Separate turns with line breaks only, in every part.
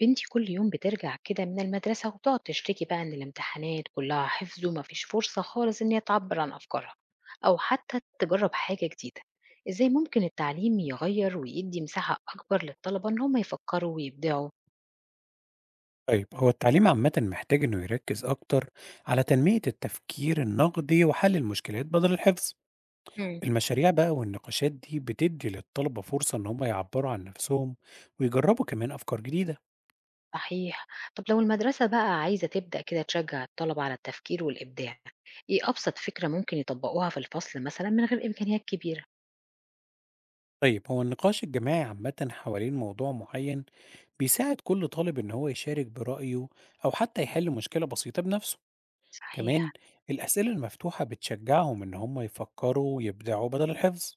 بنتي كل يوم بترجع كده من المدرسة وتقعد تشتكي بقى إن الامتحانات كلها حفظ ومفيش فرصة خالص إن هي تعبر عن أفكارها أو حتى تجرب حاجة جديدة. إزاي ممكن التعليم يغير ويدي مساحة أكبر للطلبة إن هم يفكروا ويبدعوا؟
طيب هو التعليم عامة محتاج إنه يركز أكتر على تنمية التفكير النقدي وحل المشكلات بدل الحفظ،
مم.
المشاريع بقى والنقاشات دي بتدي للطلبة فرصة إن هم يعبروا عن نفسهم ويجربوا كمان أفكار جديدة.
صحيح. طب لو المدرسة بقى عايزة تبدأ كده تشجع الطلبة على التفكير والإبداع، إيه أبسط فكرة ممكن يطبقوها في الفصل مثلا من غير إمكانيات كبيرة؟
طيب هو النقاش الجماعي عامة حوالين موضوع معين بيساعد كل طالب إن هو يشارك برأيه أو حتى يحل مشكلة بسيطة بنفسه. كمان
صحيح.
الأسئلة المفتوحة بتشجعهم إن هم يفكروا ويبدعوا بدل الحفظ.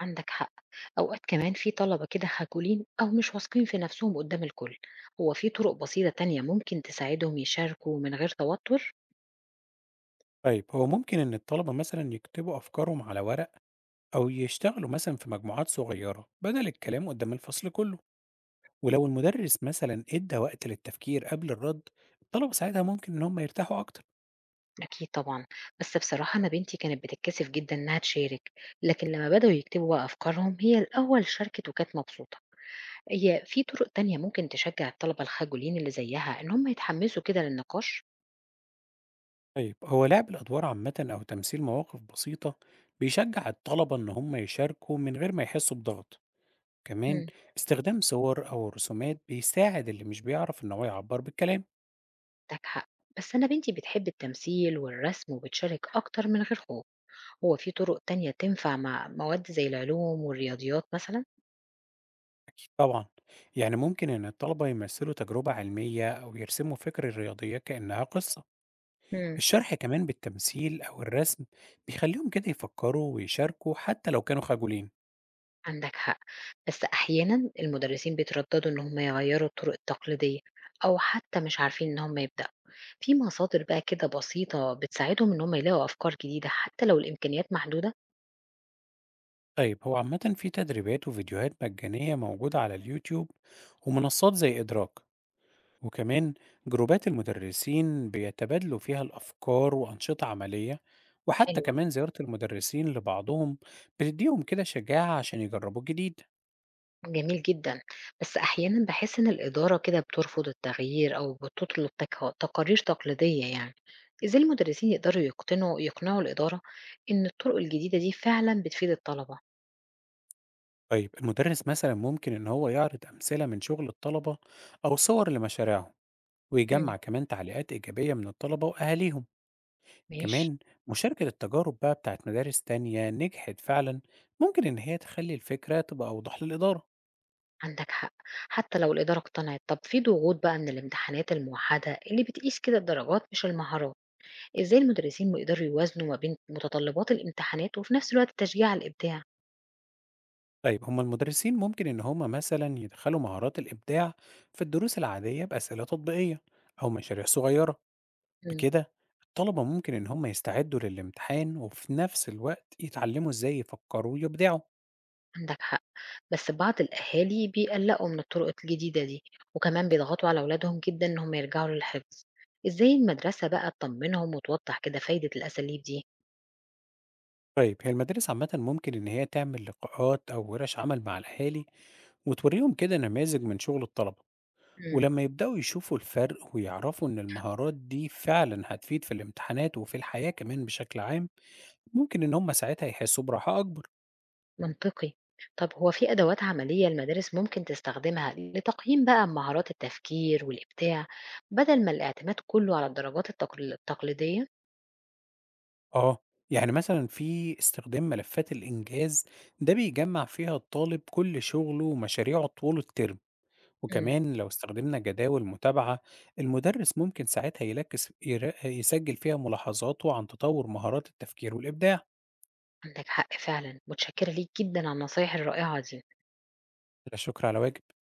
عندك حق. أوقات كمان في طلبة كده خجولين أو مش واثقين في نفسهم قدام الكل. هو في طرق بسيطة تانية ممكن تساعدهم يشاركوا من غير توتر؟
طيب هو ممكن إن الطلبة مثلا يكتبوا أفكارهم على ورق أو يشتغلوا مثلا في مجموعات صغيرة بدل الكلام قدام الفصل كله، ولو المدرس مثلا ادى وقت للتفكير قبل الرد الطلبة ساعتها ممكن إن هم يرتاحوا أكتر.
أكيد طبعا. بس بصراحة أنا بنتي كانت بتتكسف جدا إنها تشارك، لكن لما بدأوا يكتبوا بقى أفكارهم هي الأول شاركت وكانت مبسوطة. هي في طرق تانية ممكن تشجع الطلبة الخجولين اللي زيها إن هم يتحمسوا كده للنقاش؟
طيب هو لعب الأدوار عامة أو تمثيل مواقف بسيطة بيشجع الطلبة إن هم يشاركوا من غير ما يحسوا بضغط. كمان
مم،
استخدام صور أو رسومات بيساعد اللي مش بيعرف إن هو يعبر بالكلام.
عندك حق. بس أنا بنتي بتحب التمثيل والرسم وبتشارك أكتر من غير خوف. هو في طرق تانية تنفع مع مواد زي العلوم والرياضيات مثلًا؟
أكيد طبعا، يعني ممكن إن الطلبة يمثلوا تجربة علمية أو يرسموا فكر الرياضية كأنها قصة.
امم.
الشرح كمان بالتمثيل أو الرسم بيخليهم كده يفكروا ويشاركوا حتى لو كانوا خجولين.
عندك حق، بس أحيانًا المدرسين بيترددوا إن هم يغيّروا الطرق التقليدية أو حتى مش عارفين إن هم يبدأوا. في مصادر بقى كده بسيطة بتساعدهم إن هم يلاقوا أفكار جديدة حتى لو الإمكانيات محدودة؟
طيب هو عامة في تدريبات وفيديوهات مجانية موجودة على اليوتيوب ومنصات زي إدراك، وكمان جروبات المدرسين بيتبادلوا فيها الأفكار وأنشطة عملية، وحتى
حلوة.
كمان زيارة المدرسين لبعضهم بتديهم كده شجاعة عشان يجربوا الجديد.
جميل جدًا. بس أحيانًا باحس إن الإدارة كده بترفض التغيير أو بتطلب تقارير تقليدية يعني. إزاي المدرسين يقدروا يقنعوا الإدارة إن الطرق الجديدة دي فعلًا بتفيد الطلبة؟
طيب المدرس مثلا ممكن إن هو يعرض أمثلة من شغل الطلبة أو صور لمشاريعهم،
إمم،
ويجمع كمان تعليقات إيجابية من الطلبة وأهاليهم.
ماشي.
كمان مشاركة التجارب بقى بتاعت مدارس تانية نجحت فعلا ممكن إن هي تخلي الفكرة تبقى أوضح للإدارة.
عندك حق. حتى لو الإدارة اقتنعت، طب في ضغوط بقى من الامتحانات الموحدة اللي بتقيس كده الدرجات مش المهارات. إزاي المدرسين بيقدروا يوازنوا ما بين متطلبات الامتحانات وفي نفس الوقت تشجيع على الإبداع؟
طيب هما المدرسين ممكن إن هما مثلا يدخلوا مهارات الإبداع في الدروس العادية بأسئلة تطبيقية أو مشاريع صغيرة.
إمم،
بكده الطلبة ممكن إن هما يستعدوا للامتحان وفي نفس الوقت يتعلموا إزاي يفكروا ويبدعوا.
عندك حق. بس بعض الأهالي بيقلقوا من الطرق الجديدة دي، وكمان بيضغطوا على أولادهم جدًا إن هم يرجعوا للحفظ. إزاي المدرسة بقى تطمنهم وتوضح كده فايدة الأساليب دي؟
طيب هي المدارس عامة ممكن إن هي تعمل لقاءات أو ورش عمل مع الأهالي وتوريهم كده نماذج من شغل الطلبة،
إمم.
ولما يبدأوا يشوفوا الفرق ويعرفوا إن المهارات دي فعلا هتفيد في الامتحانات وفي الحياة كمان بشكل عام ممكن إن هم ساعتها يحسوا براحة أكبر.
منطقي. طب هو في أدوات عملية المدارس ممكن تستخدمها لتقييم بقى مهارات التفكير والإبداع بدل ما الاعتماد كله على الدرجات التقليدية؟
آه، يعني مثلا في استخدام ملفات الإنجاز، ده بيجمع فيها الطالب كل شغله ومشاريعه طول الترم.
امم.
وكمان لو استخدمنا جداول متابعة المدرس ممكن ساعتها يسجل فيها ملاحظاته عن تطور مهارات التفكير والإبداع.
عندك حق فعلا، متشكرة ليك جدا على النصايح الرائعة دي.
لا شكر على واجب.